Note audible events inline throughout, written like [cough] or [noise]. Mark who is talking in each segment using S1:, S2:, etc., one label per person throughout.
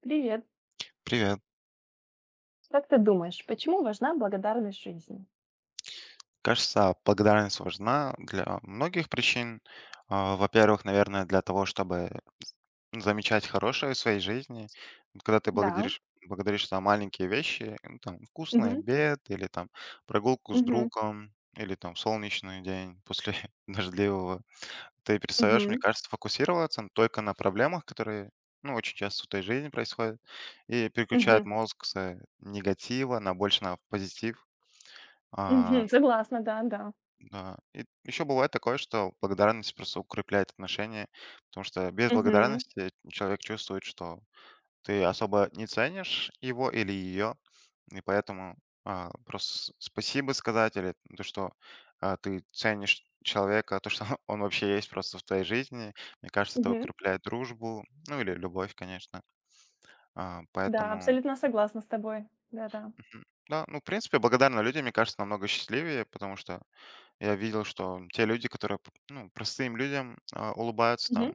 S1: Привет.
S2: Привет.
S1: Как ты думаешь, почему важна благодарность жизни?
S2: Кажется, благодарность важна для многих причин. Во-первых, наверное, для того, чтобы замечать хорошее в своей жизни. Когда ты
S1: Да.
S2: благодаришь, благодаришь за маленькие вещи, ну, там, вкусный
S1: Мгм.
S2: обед, или там прогулку с
S1: Мгм.
S2: другом, или там солнечный день после [laughs] дождливого, ты перестаешь, мне
S1: Мгм.
S2: кажется, фокусироваться только на проблемах, которые, ну, очень часто в твоей жизни происходят, и переключает
S1: Мгм.
S2: мозг с негатива на больше на позитив. А,
S1: Мгм. [laughs] Согласна, да, да.
S2: Да. И еще бывает такое, что благодарность просто укрепляет отношения, потому что без
S1: Мгм.
S2: благодарности человек чувствует, что ты особо не ценишь его или ее, и поэтому просто спасибо сказать или то, что ты ценишь человека, то, что [laughs] он вообще есть просто в твоей жизни, мне кажется, это
S1: Мгм.
S2: укрепляет дружбу, ну или любовь, конечно. А,
S1: Да,
S2: поэтому,
S1: абсолютно согласна с тобой. Да-да.
S2: мгм. Да, ну, в принципе, благодарные люди, мне кажется, намного счастливее, потому что я видел, что те люди, которые, ну, простым людям, улыбаются там,
S1: Мгм.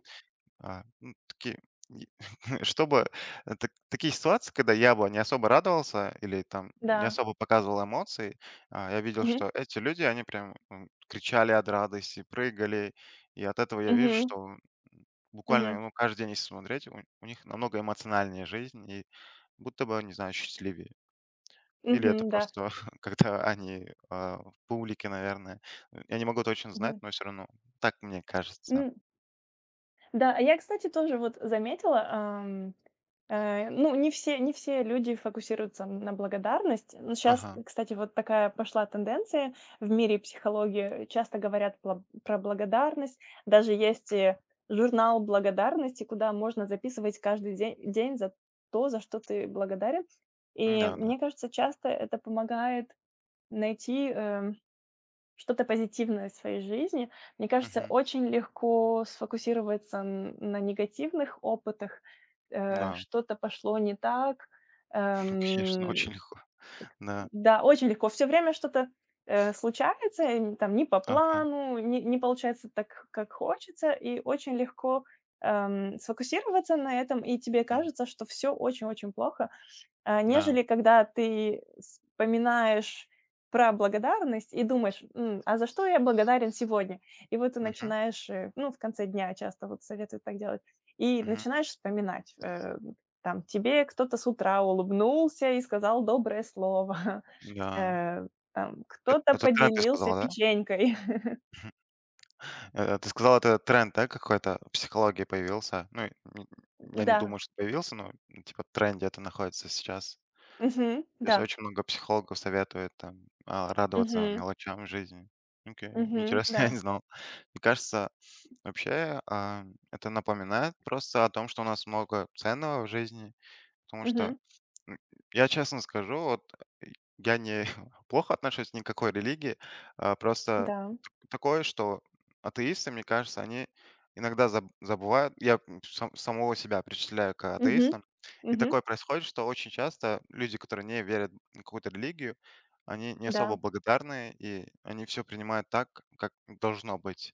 S2: а, ну, такие, и [laughs] чтобы такие ситуации, когда я бы не особо радовался или там не
S1: Да.
S2: особо показывал эмоции, я видел,
S1: Мгм.
S2: что эти люди, они прям кричали от радости, прыгали, и от этого я вижу,
S1: Мгм.
S2: что буквально,
S1: Мгм.
S2: ну, каждый день, если смотреть, у них намного эмоциональнее жизнь, и будто бы, не знаю, счастливее. Или это
S1: Мгм. Да.
S2: просто [laughs] когда они, в публике, наверное. Я не могу точно знать,
S1: Мгм.
S2: но все равно так мне кажется.
S1: М, да, а я, кстати, тоже вот заметила, ну, не все люди фокусируются на благодарность. Ну, сейчас,
S2: Ага.
S1: кстати, вот такая пошла тенденция в мире психологии. Часто говорят про благодарность. Даже есть журнал благодарности, куда можно записывать каждый день за то, за что ты благодарен. И
S2: Да-да.
S1: мне кажется, часто это помогает найти что-то позитивное в своей жизни. Мне кажется,
S2: Мгм.
S1: очень легко сфокусироваться н на негативных опытах. Э,
S2: Да.
S1: что-то пошло не так.
S2: [laughs] конечно,
S1: Эм,
S2: очень легко. Да.
S1: да, очень легко. Все время что-то случается, там не по
S2: Ага.
S1: плану, не получается так, как хочется, и очень легко сфокусироваться на этом, и тебе
S2: Мгм.
S1: кажется, что все очень-очень плохо, а
S2: Да.
S1: нежели когда ты вспоминаешь про благодарность и думаешь: "А за что я благодарен сегодня?" И вот ты
S2: Мгм.
S1: начинаешь, ну, в конце дня часто вот советуют так делать, и
S2: Мгм.
S1: начинаешь вспоминать, там, тебе кто-то с утра улыбнулся и сказал доброе слово, [laughs]
S2: Да.
S1: э, там,
S2: Эт
S1: кто-то
S2: это тренд, ты
S1: поделился
S2: сказал, да?
S1: печенькой. [laughs]
S2: Ты сказал это тренд, да, какой-то в психологии появился? Ну, и н я не
S1: Да.
S2: думаю, что появился, но типа в тренде это находится сейчас.
S1: Мгм.
S2: То есть
S1: Да.
S2: очень много психологов советует там, радоваться
S1: Мгм.
S2: мелочам жизни. Окей,
S1: Мгм.
S2: интересно, [laughs] я
S1: Да.
S2: не знал. Мне кажется, вообще, это напоминает просто о том, что у нас много ценного в жизни, потому что,
S1: Мгм.
S2: м, я честно скажу, вот, э, я не [laughs] плохо отношусь ни к какой религии, просто
S1: Да.
S2: такое, что атеисты, мне кажется, они иногда забывают, я, самого себя причисляю к
S1: Мгм.
S2: атеистам, и
S1: Мгм.
S2: такое происходит, что очень часто люди, которые не верят в какую-то религию, они не особо
S1: Да.
S2: благодарны, и они все принимают так, как должно быть.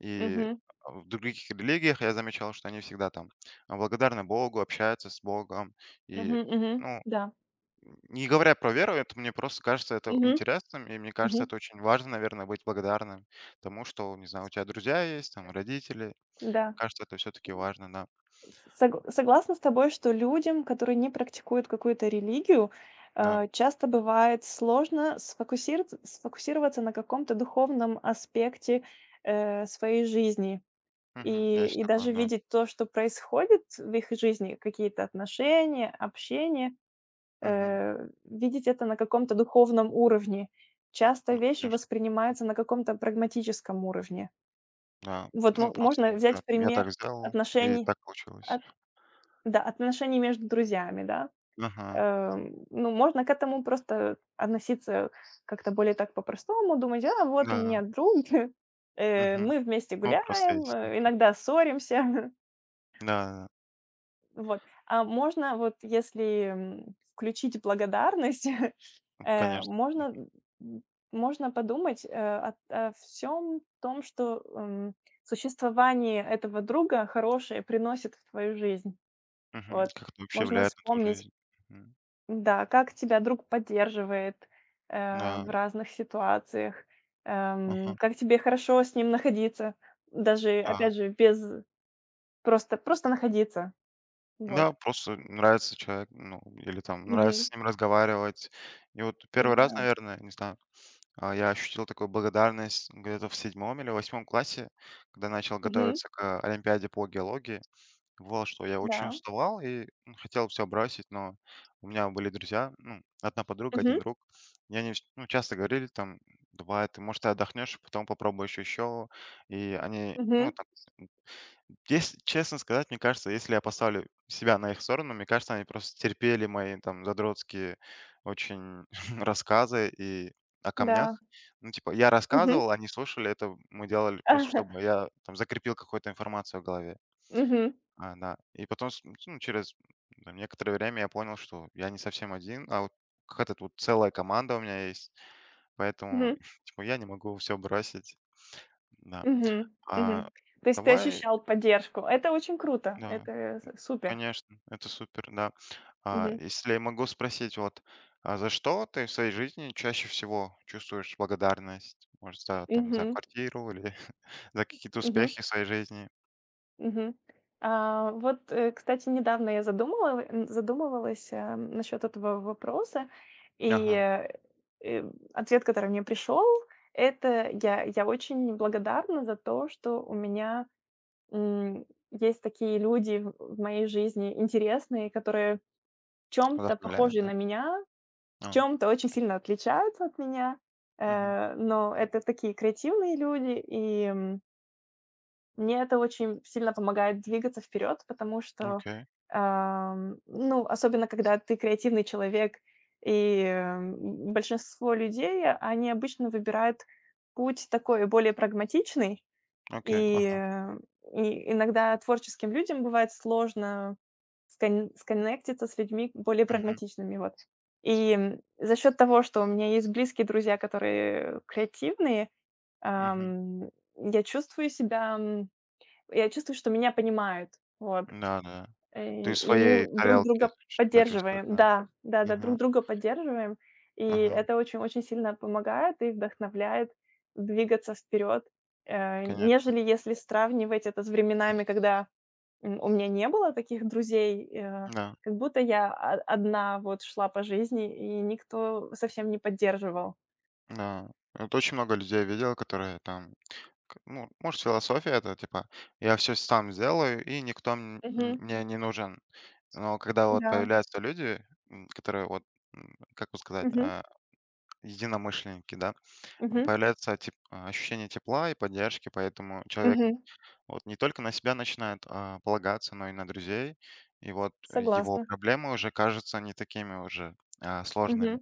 S2: И
S1: Мгм.
S2: в других религиях я замечал, что они всегда там благодарны Богу, общаются с Богом, и,
S1: Мгм. Мгм.
S2: ну,
S1: Да.
S2: не говоря про веру, это мне просто кажется это
S1: Мгм.
S2: интересным, и мне кажется,
S1: Мгм.
S2: это очень важно, наверное, быть благодарным тому, что, не знаю, у тебя друзья есть, там, родители.
S1: Да.
S2: Кажется, это все-таки важно, да.
S1: Согласна с тобой, что людям, которые не практикуют какую-то религию,
S2: Да.
S1: часто бывает сложно сфокусирц сфокусироваться на каком-то духовном аспекте своей жизни.
S2: Мгм.
S1: И
S2: Есть
S1: и
S2: такое,
S1: даже
S2: да.
S1: видеть то, что происходит в их жизни, какие-то отношения, общение,
S2: Мгм.
S1: видеть это на каком-то духовном уровне. Часто
S2: Ну,
S1: вещи
S2: конечно,
S1: воспринимаются на каком-то прагматическом уровне.
S2: да.
S1: Вот
S2: Ну,
S1: мо
S2: просто
S1: можно
S2: да,
S1: взять
S2: я
S1: пример
S2: так сделал, и
S1: отношений.
S2: так получилось.
S1: От Да, отношения между друзьями, да.
S2: Ага,
S1: Ну, можно к этому просто относиться как-то более так по-простому, думать: "А, вот у
S2: да.
S1: меня друг, [laughs]
S2: Мгм.
S1: мы вместе
S2: Он просто
S1: гуляем,
S2: есть.
S1: иногда ссоримся". [laughs]
S2: Да, да,
S1: Вот. А можно вот, если включить благодарность, [laughs]
S2: ну,
S1: э,
S2: конечно.
S1: можно, м, можно подумать о всём том, что существование этого друга хорошее приносит в твою жизнь.
S2: Мгм.
S1: Вот.
S2: Как это вообще
S1: Можно
S2: влияет на твою
S1: вспомнить.
S2: жизнь? Мгм.
S1: Да, как тебя друг поддерживает
S2: Да.
S1: в разных ситуациях,
S2: Ага.
S1: как тебе хорошо с ним находиться, даже,
S2: Да.
S1: опять же, без просто находиться,
S2: Да,
S1: вот.
S2: просто нравится человек, ну, или там
S1: Мгм.
S2: нравится с ним разговаривать. И вот первый раз,
S1: Да.
S2: наверное, не знаю, я ощутил такую благодарность где-то в 7-м или 8-м классе, когда начал
S1: Мгм.
S2: готовиться к, олимпиаде по геологии. Бывало, что я очень
S1: Да.
S2: уставал и, хотел все бросить, но у меня были друзья, ну, одна подруга,
S1: Мгм.
S2: один друг, и они, ч ну, часто говорили там: «Давай, ты, может, ты отдохнешь, потом попробуешь еще». И они, ну,
S1: Мгм.
S2: там, если честно сказать, мне кажется, если я поставлю себя на их сторону, мне кажется, они просто терпели мои там задротские очень [laughs] рассказы и о
S1: Да.
S2: камнях. Ну, типа, я
S1: Мгм.
S2: рассказывал, они слушали, это мы делали просто, чтобы
S1: [laughs]
S2: я там закрепил какую-то информацию в голове.
S1: Мгм.
S2: Да. И потом, ну, через там, некоторое время я понял, что я не совсем один, а вот какая-то тут целая команда у меня есть. Поэтому,
S1: Мгм.
S2: [laughs] типа, я не могу все бросить. Да.
S1: Мгм.
S2: А,
S1: Мгм. То есть ты
S2: Давай,
S1: ощущал поддержку. Это очень круто,
S2: да.
S1: это э, с супер.
S2: Конечно, это супер, да. А,
S1: Мгм.
S2: если я могу спросить, вот, за что ты в своей жизни чаще всего чувствуешь благодарность? Может, за, там, за
S1: Мгм.
S2: квартиру или [laughs] за какие-то
S1: Мгм.
S2: успехи в своей жизни?
S1: Мгм. А, вот, кстати, недавно я задумывалась, насчет этого вопроса. И
S2: Ага,
S1: ответ, который мне пришел, это я очень благодарна за то, что у меня м, есть такие люди в моей жизни интересные, которые в чём-то
S2: вдохновляет,
S1: похожи на
S2: да?
S1: меня, в
S2: А,
S1: чём-то очень сильно отличаются от меня,
S2: мгм.
S1: но это такие креативные люди, и мне это очень сильно помогает двигаться вперед, потому что
S2: Окей,
S1: ну, особенно когда ты креативный человек, и большинство людей, они обычно выбирают путь такой более прагматичный,
S2: окей,
S1: и,
S2: ага,
S1: э, и иногда творческим людям бывает сложно сконнектиться с людьми более
S2: мгм,
S1: прагматичными, вот. И за счет того, что у меня есть близкие друзья, которые креативные,
S2: мгм.
S1: ам, я чувствую себя я чувствую, что меня понимают. Вот.
S2: Да-да.
S1: Э,
S2: Ты в
S1: и
S2: своей
S1: мы друг
S2: тарелке
S1: друга
S2: себя чувствуешь,
S1: поддерживаем.
S2: да?
S1: Да, да-да,
S2: Ага,
S1: друг друга поддерживаем. И
S2: ага,
S1: это очень-очень сильно помогает и вдохновляет двигаться вперед,
S2: конечно,
S1: нежели если сравнивать это с временами, когда у меня не было таких друзей,
S2: да,
S1: как будто я о одна вот шла по жизни, и никто совсем не поддерживал.
S2: да. Вот, очень много людей видел, которые там К ну, может, философия это, типа, я все сам сделаю, и никто
S1: Мгм.
S2: мне не нужен. Но когда вот
S1: Да.
S2: появляются люди, м, которые вот, как бы сказать,
S1: Мгм.
S2: единомышленники, да,
S1: Мгм.
S2: появляется ощущение тепла и поддержки, поэтому человек
S1: Мгм.
S2: вот не только на себя начинает, полагаться, но и на друзей. И вот его
S1: Согласна.
S2: проблемы уже кажутся не такими уже,
S1: Мгм.
S2: сложными.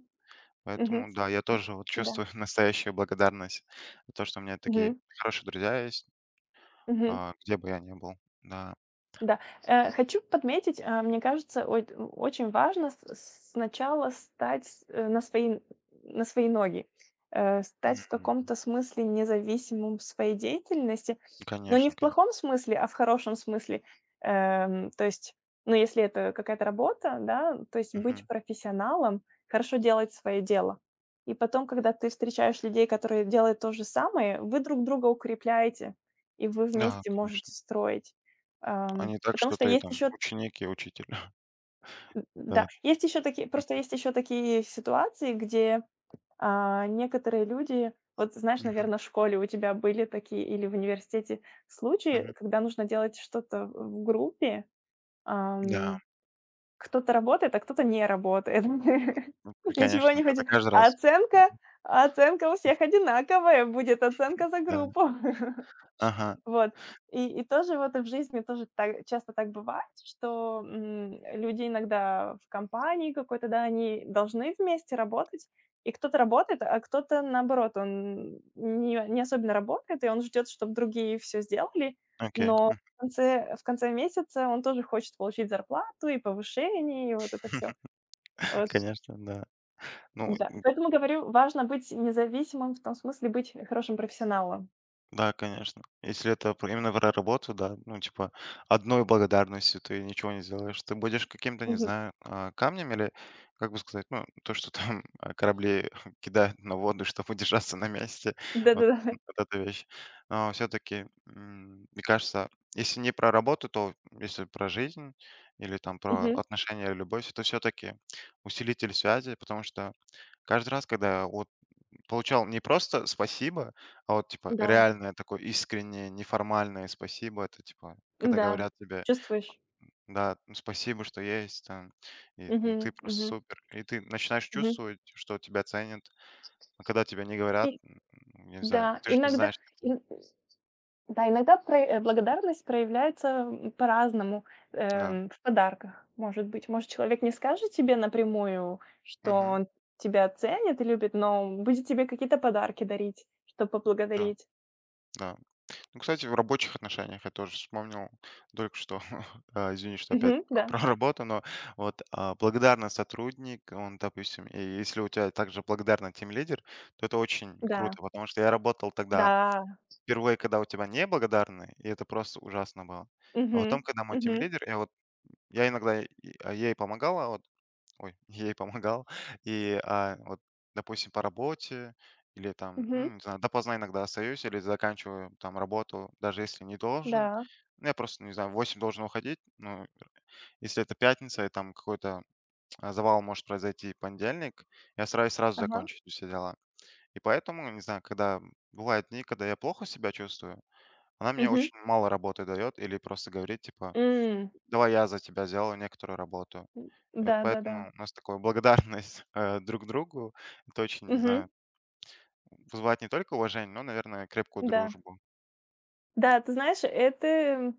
S1: Мгм.
S2: Поэтому да, я тоже вот
S1: Да.
S2: чувствую [laughs] настоящую благодарность за то, что у меня такие
S1: Мгм.
S2: хорошие друзья есть.
S1: Мгм.
S2: Где бы я ни был, да.
S1: Да, хочу подметить, мне кажется, ой очень важно с сначала стать на свои ноги, стать в
S2: Мгм.
S1: каком-то смысле независимым в своей деятельности, но не
S2: Конечно,
S1: в
S2: конечно.
S1: плохом смысле, а в хорошем смысле. То есть, ну, если это какая-то работа, да, то есть быть
S2: Мгм.
S1: профессионалом, хорошо делать свое дело. И потом, когда ты встречаешь людей, которые делают то же самое, вы друг друга укрепляете, и вы
S2: Да,
S1: вместе
S2: конечно.
S1: можете строить.
S2: А
S1: Ам.
S2: не так,
S1: Потому
S2: что
S1: что
S2: ты
S1: есть
S2: там
S1: еще,
S2: ученик и учитель. [laughs]
S1: да,
S2: Да.
S1: есть еще такие, просто есть еще такие ситуации, где некоторые люди, вот знаешь,
S2: Мгм,
S1: наверное, в школе у тебя были такие или в университете случаи,
S2: мгм.
S1: когда нужно делать что-то в группе,
S2: Да,
S1: ам, кто-то работает, а кто-то не работает,
S2: ну,
S1: [laughs] ничего
S2: конечно,
S1: не
S2: это
S1: хочет,
S2: каждый
S1: а
S2: раз.
S1: оценка, а оценка у всех одинаковая будет, оценка за
S2: Да.
S1: группу. [laughs]
S2: Ага,
S1: Вот. И тоже вот в жизни тоже та часто так бывает, что люди иногда в компании какой-то, да, они должны вместе работать, и кто-то работает, а кто-то, наоборот, он не особенно работает, и он ждет, чтобы другие все сделали,
S2: окей.
S1: но
S2: [laughs]
S1: в конце месяца он тоже хочет получить зарплату и повышение, и вот это все. Вот,
S2: Конечно, да. Ну.
S1: да. Поэтому говорю, важно быть независимым, в том смысле быть хорошим профессионалом.
S2: Да, конечно. Если это про именно про работу, да, ну, типа, одной благодарностью ты ничего не сделаешь. Ты будешь каким-то, не
S1: Мгм.
S2: знаю, камнем или, как бы сказать, ну, то, что там корабли [laughs] кидают на воду, чтобы удержаться на месте. Вот,
S1: Да-да-да.
S2: вот эта вещь. Но все-таки, мне кажется, если не про работу, то если про жизнь или там про
S1: Мгм.
S2: отношения или любовь, это все-таки усилитель связи, потому что каждый раз, когда вот получал не просто «спасибо», а вот типа
S1: Да.
S2: реальное такое искреннее, неформальное спасибо. Это типа, когда
S1: Да,
S2: говорят тебе:
S1: чувствуешь.
S2: «Да, ну, спасибо, что есть там, и, ну,
S1: Мгм,
S2: ты просто
S1: мгм,
S2: супер». И ты начинаешь
S1: мгм.
S2: чувствовать, что тебя ценят. А когда тебя не говорят,
S1: И
S2: я не знаю,
S1: да,
S2: ты же не
S1: иногда
S2: знаешь. Типа,
S1: ин да, иногда про благодарность проявляется по-разному,
S2: да.
S1: в подарках, может быть. Может, человек не скажет тебе напрямую, что
S2: Мгм.
S1: он тебя ценит и любит, но будет тебе какие-то подарки дарить, чтобы
S2: Да,
S1: поблагодарить.
S2: да. Ну, кстати, в рабочих отношениях я тоже вспомнил только что, [laughs] извини, что опять
S1: Мгм,
S2: [laughs]
S1: да,
S2: про работу, но вот благодарный сотрудник, он, допустим, и если у тебя также благодарный лидер, то это очень
S1: да,
S2: круто, потому что я работал тогда
S1: да,
S2: впервые, когда у тебя не благодарный, и это просто ужасно было. А
S1: мгм,
S2: потом, когда мой
S1: мгм,
S2: лидер, я вот я иногда ей помогала, вот. Ой, [laughs] ей помогал. Вот, допустим, по работе или там,
S1: мгм,
S2: ну, не знаю, допоздна иногда остаюсь или заканчиваю там работу, даже если не должен.
S1: да,
S2: Ну, я просто, не знаю, в 8 должен уходить, но если это пятница и там какой-то завал может произойти в понедельник, я стараюсь сразу
S1: ага,
S2: закончить все дела. И поэтому, не знаю, когда бывают дни, когда я плохо себя чувствую, она мне
S1: мгм,
S2: очень мало работы дает или просто говорит, типа, давай я за тебя сделаю некоторую работу.
S1: м,
S2: И вот
S1: да-да-да,
S2: поэтому у нас такая благодарность, [laughs] друг другу. Это очень, не
S1: мгм,
S2: знаю, вызывает не только уважение, но, наверное, крепкую
S1: да.
S2: дружбу,
S1: Да, ты знаешь, это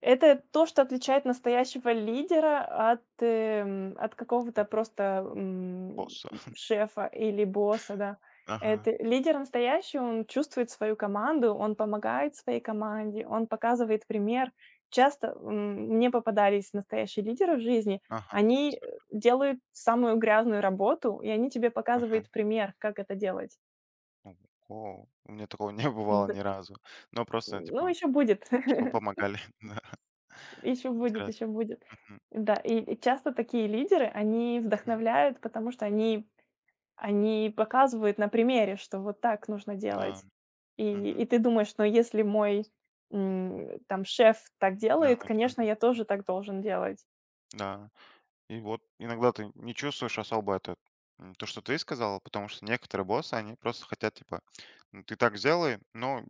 S1: это то, что отличает настоящего лидера от
S2: м,
S1: какого-то просто
S2: босса.
S1: шефа или босса, да.
S2: Ага,
S1: Это лидер настоящий, он чувствует свою команду, он помогает своей команде, он показывает пример. Часто мне попадались настоящие лидеры в жизни,
S2: ага, с
S1: они делают самую грязную работу, и они тебе
S2: ага.
S1: показывают пример, как это делать.
S2: Ну, о, у меня такого [laughs] не бывало
S1: Д
S2: ни разу. Но просто,
S1: ну,
S2: типа,
S1: еще будет.
S2: что
S1: [laughs]
S2: помогали, [laughs] да.
S1: Еще будет, еще
S2: Интересно.
S1: будет.
S2: Мгм,
S1: Да, и часто такие лидеры, они
S2: мгм.
S1: вдохновляют, потому что они показывают на примере, что вот так нужно
S2: Да,
S1: делать. И
S2: мгм.
S1: и ты думаешь: "Ну, если мой там шеф так
S2: Да,
S1: делает, конечно,
S2: начальник.
S1: я тоже так должен делать".
S2: Да. И вот иногда ты не чувствуешь особо это, то, что ты сказала, потому что некоторые боссы, они просто хотят, типа: «Ну, ты так сделай, но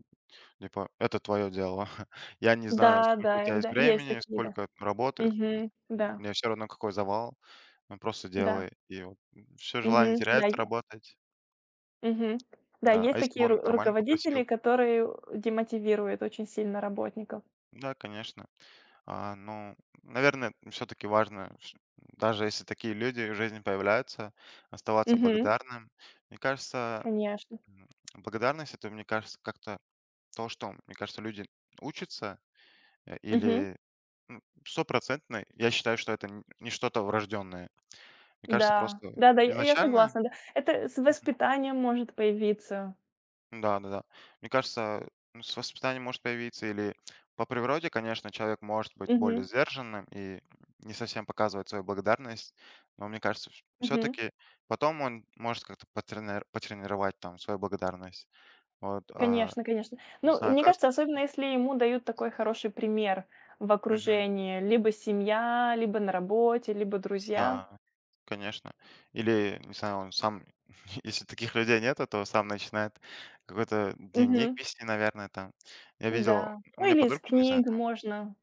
S2: типа, это твое дело. [laughs] Я не знаю,
S1: Да,
S2: сколько у
S1: да,
S2: тебя есть
S1: да, есть
S2: времени,
S1: такие, да.
S2: сколько работы.
S1: Мгм. Да,
S2: Мне всё равно, какой завал. Ну, просто
S1: да.
S2: делай». И вот, всё желание
S1: Мгм. Да, е
S2: теряется работать.
S1: Мгм. Да,
S2: Да, а
S1: есть
S2: если бы
S1: такие ру
S2: он нормально
S1: руководители,
S2: попросил?
S1: которые демотивируют очень сильно работников.
S2: Да, конечно. Ну, наверное, всё-таки важно, ш даже если такие люди в жизни появляются, оставаться
S1: Мгм.
S2: благодарным. Мне кажется,
S1: Конечно.
S2: м, благодарность — это, мне кажется, как-то то, что, мне кажется, люди учатся, э,
S1: Мгм.
S2: или М, стопроцентно. Я считаю, что это н не что-то врожденное. Мне кажется,
S1: Да,
S2: просто
S1: да-да, я
S2: изначально,
S1: согласна, да. Это с воспитанием может появиться.
S2: да-да-да. Мне кажется, ну, с воспитанием может появиться или по природе, конечно, человек может быть более
S1: Мгм,
S2: сдержанным и не совсем показывать свою благодарность. Но мне кажется, все
S1: мгм.
S2: таки потом он может как-то потренировать там свою благодарность. Вот,
S1: Конечно, конечно.
S2: не
S1: Ну,
S2: знаю
S1: мне
S2: как.
S1: кажется, особенно если ему дают такой хороший пример в
S2: Мгм.
S1: окружении: либо семья, либо на работе, либо друзья.
S2: Да. Конечно. Или, не знаю, он сам, [laughs] если таких людей нет, то сам начинает какой-то дневник
S1: Мгм,
S2: вести, наверное, там. Я видел,
S1: да.
S2: у
S1: Ну,
S2: меня
S1: или из
S2: подруга, не знаю,
S1: книг
S2: там,
S1: можно.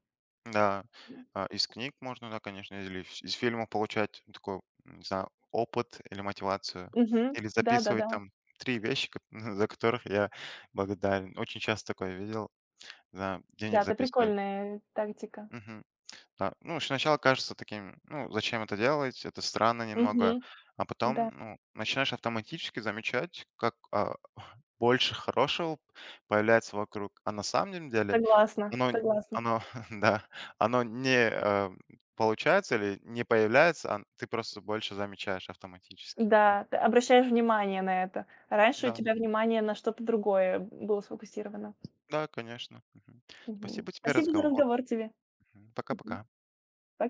S2: да,
S1: М,
S2: из книг можно, да, конечно, или из фильмов получать такой, не знаю, опыт или мотивацию.
S1: мгм.
S2: Или
S1: Да-да-да. Да,
S2: записывать
S1: да.
S2: там 3 вещи, [laughs] за которых я благодарен. Очень часто такое видел, да,
S1: Да,
S2: дневник
S1: это
S2: записывает.
S1: прикольная тактика.
S2: Да. Ну, сначала кажется таким, ну, зачем это делать, это странно немного,
S1: Мгм.
S2: а потом,
S1: Да,
S2: ну, начинаешь автоматически замечать, как больше хорошего появляется вокруг. А на самом деле
S1: согласна,
S2: оно,
S1: согласна.
S2: оно, [laughs] да, оно не получается или не появляется, а ты просто больше замечаешь автоматически.
S1: Да, ты обращаешь внимание на это. Раньше у
S2: Да,
S1: тебя внимание на что-то другое было сфокусировано.
S2: да, конечно. Мгм.
S1: Мгм.
S2: Спасибо тебе
S1: Спасибо за
S2: разговор.
S1: разговор тебе.
S2: Мгм.
S1: Мгм.
S2: Пока-пока.
S1: Пока.